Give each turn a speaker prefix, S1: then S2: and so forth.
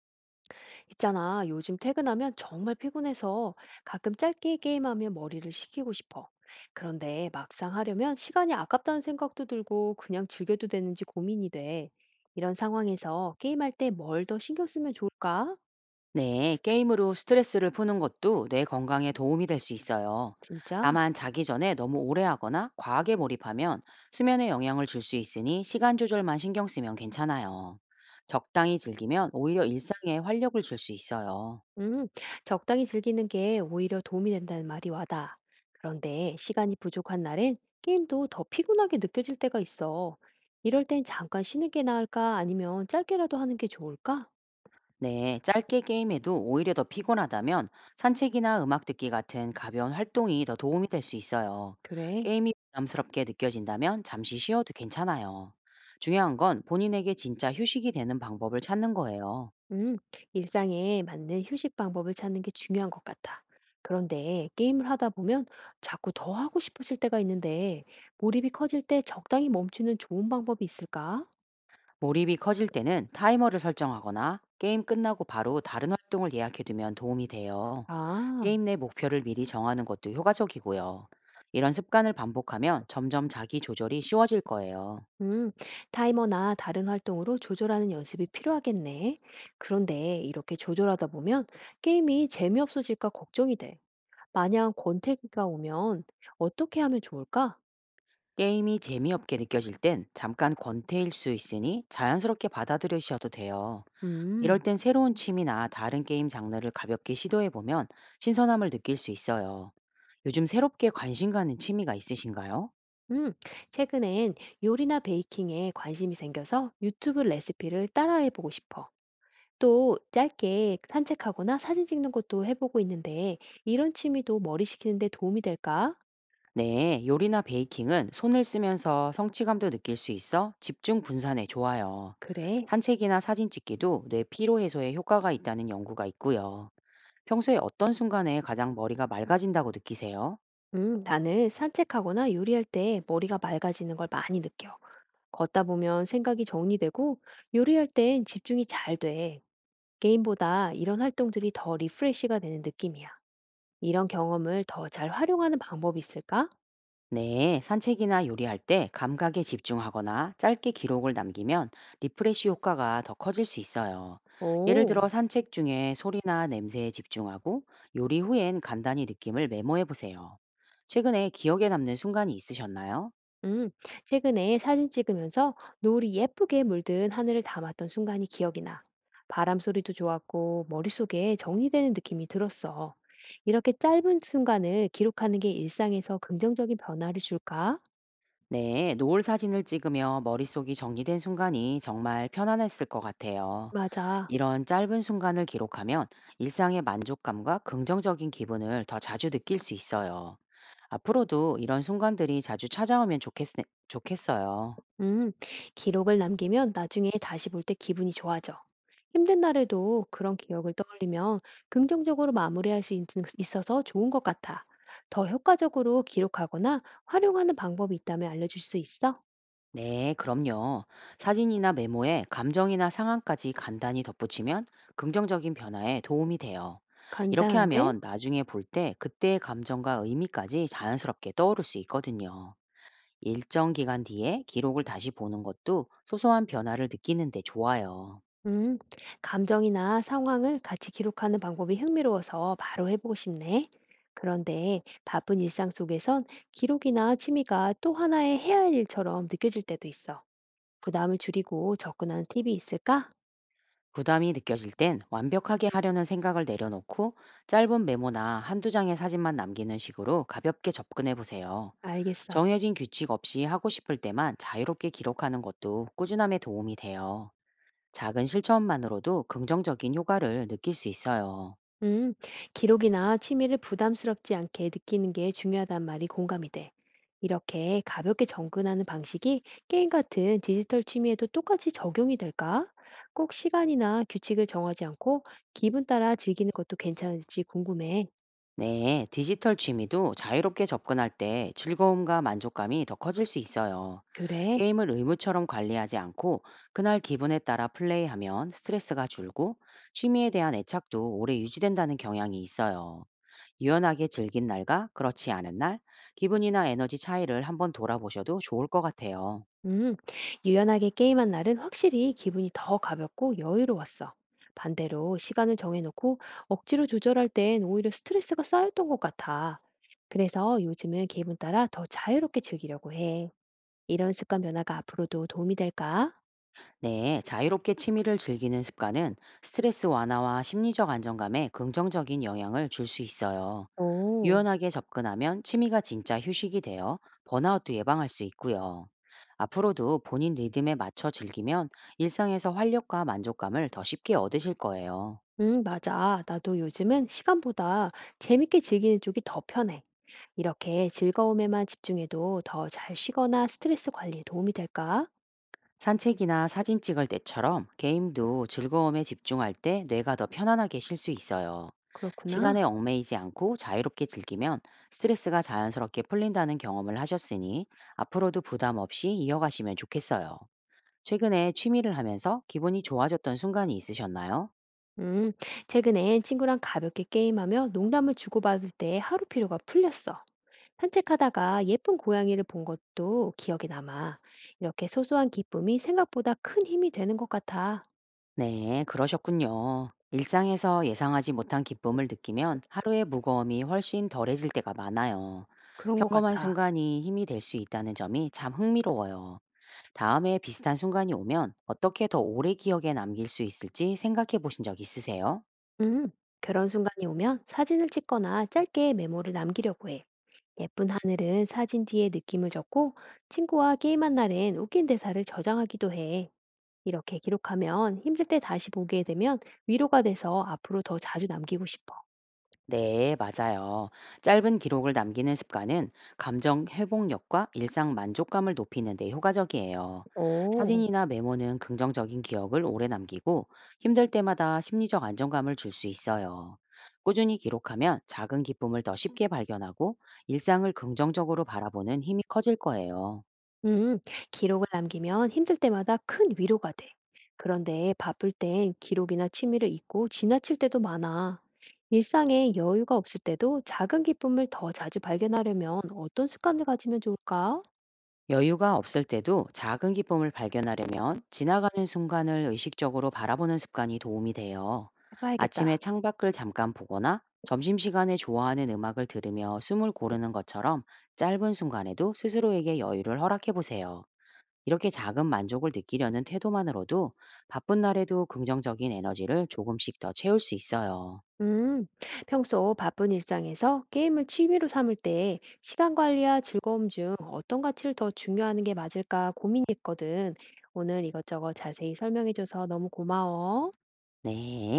S1: 있잖아, 요즘 퇴근하면 정말 피곤해서 가끔 짧게 게임하면 머리를 식히고 싶어. 그런데 막상 하려면 시간이 아깝다는 생각도 들고 그냥 즐겨도 되는지 고민이 돼. 이런 상황에서 게임할 때 뭘 더 신경 쓰면 좋을까?
S2: 네, 게임으로 스트레스를 푸는 것도 뇌 건강에 도움이 될 수 있어요.
S1: 진짜?
S2: 다만 자기 전에 너무 오래 하거나 과하게 몰입하면 수면에 영향을 줄 수 있으니 시간 조절만 신경 쓰면 괜찮아요. 적당히 즐기면 오히려 일상에 활력을 줄 수 있어요.
S1: 음, 적당히 즐기는 게 오히려 도움이 된다는 말이 와닿아. 그런데 시간이 부족한 날엔 게임도 더 피곤하게 느껴질 때가 있어. 이럴 땐 잠깐 쉬는 게 나을까? 아니면 짧게라도 하는 게 좋을까?
S2: 네, 짧게 게임해도 오히려 더 피곤하다면 산책이나 음악 듣기 같은 가벼운 활동이 더 도움이 될 수 있어요.
S1: 그래.
S2: 게임이 부담스럽게 느껴진다면 잠시 쉬어도 괜찮아요. 중요한 건 본인에게 진짜 휴식이 되는 방법을 찾는 거예요.
S1: 음, 일상에 맞는 휴식 방법을 찾는 게 중요한 것 같아. 그런데 게임을 하다 보면 자꾸 더 하고 싶어질 때가 있는데 몰입이 커질 때 적당히 멈추는 좋은 방법이 있을까?
S2: 몰입이 커질 때는 타이머를 설정하거나 게임 끝나고 바로 다른 활동을 예약해두면 도움이 돼요.
S1: 아,
S2: 게임 내 목표를 미리 정하는 것도 효과적이고요. 이런 습관을 반복하면 점점 자기 조절이 쉬워질 거예요.
S1: 음, 타이머나 다른 활동으로 조절하는 연습이 필요하겠네. 그런데 이렇게 조절하다 보면 게임이 재미없어질까 걱정이 돼. 만약 권태기가 오면 어떻게 하면 좋을까?
S2: 게임이 재미없게 느껴질 땐 잠깐 권태일 수 있으니 자연스럽게 받아들여주셔도 돼요. 이럴
S1: 음.
S2: 땐 새로운 취미나 다른 게임 장르를 가볍게 시도해보면 신선함을 느낄 수 있어요. 요즘 새롭게 관심 가는 취미가 있으신가요?
S1: 음, 최근엔 요리나 베이킹에 관심이 생겨서 유튜브 레시피를 따라해보고 싶어. 또 짧게 산책하거나 사진 찍는 것도 해보고 있는데 이런 취미도 머리 식히는 데 도움이 될까?
S2: 네, 요리나 베이킹은 손을 쓰면서 성취감도 느낄 수 있어 집중 분산에 좋아요.
S1: 그래.
S2: 산책이나 사진 찍기도 뇌 피로 해소에 효과가 있다는 연구가 있고요. 평소에 어떤 순간에 가장 머리가 맑아진다고 느끼세요?
S1: 나는 산책하거나 요리할 때 머리가 맑아지는 걸 많이 느껴. 걷다 보면 생각이 정리되고 요리할 땐 집중이 잘 돼. 게임보다 이런 활동들이 더 리프레시가 되는 느낌이야. 이런 경험을 더 잘 활용하는 방법이 있을까?
S2: 네, 산책이나 요리할 때 감각에 집중하거나 짧게 기록을 남기면 리프레시 효과가 더 커질 수 있어요. 예를 들어
S1: 오.
S2: 산책 중에 소리나 냄새에 집중하고 요리 후엔 간단히 느낌을 메모해 보세요. 최근에 기억에 남는 순간이 있으셨나요?
S1: 음, 최근에 사진 찍으면서 노을이 예쁘게 물든 하늘을 담았던 순간이 기억이 나. 바람 소리도 좋았고, 머릿속에 정리되는 느낌이 들었어. 이렇게 짧은 순간을 기록하는 게 일상에서 긍정적인 변화를 줄까?
S2: 네, 노을 사진을 찍으며 머릿속이 정리된 순간이 정말 편안했을 것 같아요.
S1: 맞아.
S2: 이런 짧은 순간을 기록하면 일상의 만족감과 긍정적인 기분을 더 자주 느낄 수 있어요. 앞으로도 이런 순간들이 자주 찾아오면 좋겠어요.
S1: 음, 기록을 남기면 나중에 다시 볼 때 기분이 좋아져. 힘든 날에도 그런 기억을 떠올리면 긍정적으로 마무리할 수 있어서 좋은 것 같아. 더 효과적으로 기록하거나 활용하는 방법이 있다면 알려줄 수 있어?
S2: 네, 그럼요. 사진이나 메모에 감정이나 상황까지 간단히 덧붙이면 긍정적인 변화에 도움이 돼요. 이렇게
S1: 간단한데?
S2: 하면 나중에 볼 때 그때의 감정과 의미까지 자연스럽게 떠오를 수 있거든요. 일정 기간 뒤에 기록을 다시 보는 것도 소소한 변화를 느끼는데 좋아요.
S1: 음, 감정이나 상황을 같이 기록하는 방법이 흥미로워서 바로 해보고 싶네. 그런데 바쁜 일상 속에선 기록이나 취미가 또 하나의 해야 할 일처럼 느껴질 때도 있어. 부담을 줄이고 접근하는 팁이 있을까?
S2: 부담이 느껴질 땐 완벽하게 하려는 생각을 내려놓고 짧은 메모나 한두 장의 사진만 남기는 식으로 가볍게 접근해 보세요.
S1: 알겠어.
S2: 정해진 규칙 없이 하고 싶을 때만 자유롭게 기록하는 것도 꾸준함에 도움이 돼요. 작은 실천만으로도 긍정적인 효과를 느낄 수 있어요.
S1: 음, 기록이나 취미를 부담스럽지 않게 느끼는 게 중요하단 말이 공감이 돼. 이렇게 가볍게 접근하는 방식이 게임 같은 디지털 취미에도 똑같이 적용이 될까? 꼭 시간이나 규칙을 정하지 않고 기분 따라 즐기는 것도 괜찮을지 궁금해.
S2: 네, 디지털 취미도 자유롭게 접근할 때 즐거움과 만족감이 더 커질 수 있어요.
S1: 그래.
S2: 게임을 의무처럼 관리하지 않고 그날 기분에 따라 플레이하면 스트레스가 줄고 취미에 대한 애착도 오래 유지된다는 경향이 있어요. 유연하게 즐긴 날과 그렇지 않은 날, 기분이나 에너지 차이를 한번 돌아보셔도 좋을 것 같아요.
S1: 음, 유연하게 게임한 날은 확실히 기분이 더 가볍고 여유로웠어. 반대로 시간을 정해놓고 억지로 조절할 땐 오히려 스트레스가 쌓였던 것 같아. 그래서 요즘은 기분 따라 더 자유롭게 즐기려고 해. 이런 습관 변화가 앞으로도 도움이 될까?
S2: 네, 자유롭게 취미를 즐기는 습관은 스트레스 완화와 심리적 안정감에 긍정적인 영향을 줄 수 있어요.
S1: 오,
S2: 유연하게 접근하면 취미가 진짜 휴식이 되어 번아웃도 예방할 수 있고요. 앞으로도 본인 리듬에 맞춰 즐기면 일상에서 활력과 만족감을 더 쉽게 얻으실 거예요.
S1: 응, 맞아. 나도 요즘은 시간보다 재밌게 즐기는 쪽이 더 편해. 이렇게 즐거움에만 집중해도 더 잘 쉬거나 스트레스 관리에 도움이 될까?
S2: 산책이나 사진 찍을 때처럼 게임도 즐거움에 집중할 때 뇌가 더 편안하게 쉴 수 있어요.
S1: 그렇구나.
S2: 시간에 얽매이지 않고 자유롭게 즐기면 스트레스가 자연스럽게 풀린다는 경험을 하셨으니 앞으로도 부담 없이 이어가시면 좋겠어요. 최근에 취미를 하면서 기분이 좋아졌던 순간이 있으셨나요?
S1: 음, 최근엔 친구랑 가볍게 게임하며 농담을 주고받을 때 하루 피로가 풀렸어. 산책하다가 예쁜 고양이를 본 것도 기억에 남아. 이렇게 소소한 기쁨이 생각보다 큰 힘이 되는 것 같아.
S2: 네, 그러셨군요. 일상에서 예상하지 못한 기쁨을 느끼면 하루의 무거움이 훨씬 덜해질 때가 많아요.
S1: 그런 것
S2: 평범한
S1: 같아.
S2: 순간이 힘이 될 수 있다는 점이 참 흥미로워요. 다음에 비슷한 순간이 오면 어떻게 더 오래 기억에 남길 수 있을지 생각해 보신 적 있으세요?
S1: 음, 그런 순간이 오면 사진을 찍거나 짧게 메모를 남기려고 해. 예쁜 하늘은 사진 뒤에 느낌을 적고 친구와 게임한 날엔 웃긴 대사를 저장하기도 해. 이렇게 기록하면 힘들 때 다시 보게 되면 위로가 돼서 앞으로 더 자주 남기고 싶어.
S2: 네, 맞아요. 짧은 기록을 남기는 습관은 감정 회복력과 일상 만족감을 높이는 데 효과적이에요.
S1: 오.
S2: 사진이나 메모는 긍정적인 기억을 오래 남기고 힘들 때마다 심리적 안정감을 줄 수 있어요. 꾸준히 기록하면 작은 기쁨을 더 쉽게 발견하고 일상을 긍정적으로 바라보는 힘이 커질 거예요.
S1: 음. 기록을 남기면 힘들 때마다 큰 위로가 돼. 그런데 바쁠 땐 기록이나 취미를 잊고 지나칠 때도 많아. 일상에 여유가 없을 때도 작은 기쁨을 더 자주 발견하려면 어떤 습관을 가지면 좋을까?
S2: 여유가 없을 때도 작은 기쁨을 발견하려면 지나가는 순간을 의식적으로 바라보는 습관이 도움이 돼요. 아침에
S1: 해봐야겠다.
S2: 창밖을 잠깐 보거나 점심시간에 좋아하는 음악을 들으며 숨을 고르는 것처럼 짧은 순간에도 스스로에게 여유를 허락해 보세요. 이렇게 작은 만족을 느끼려는 태도만으로도 바쁜 날에도 긍정적인 에너지를 조금씩 더 채울 수 있어요.
S1: 음. 평소 바쁜 일상에서 게임을 취미로 삼을 때 시간 관리와 즐거움 중 어떤 가치를 더 중요하는 게 맞을까 고민했거든. 오늘 이것저것 자세히 설명해줘서 너무 고마워.
S2: 네.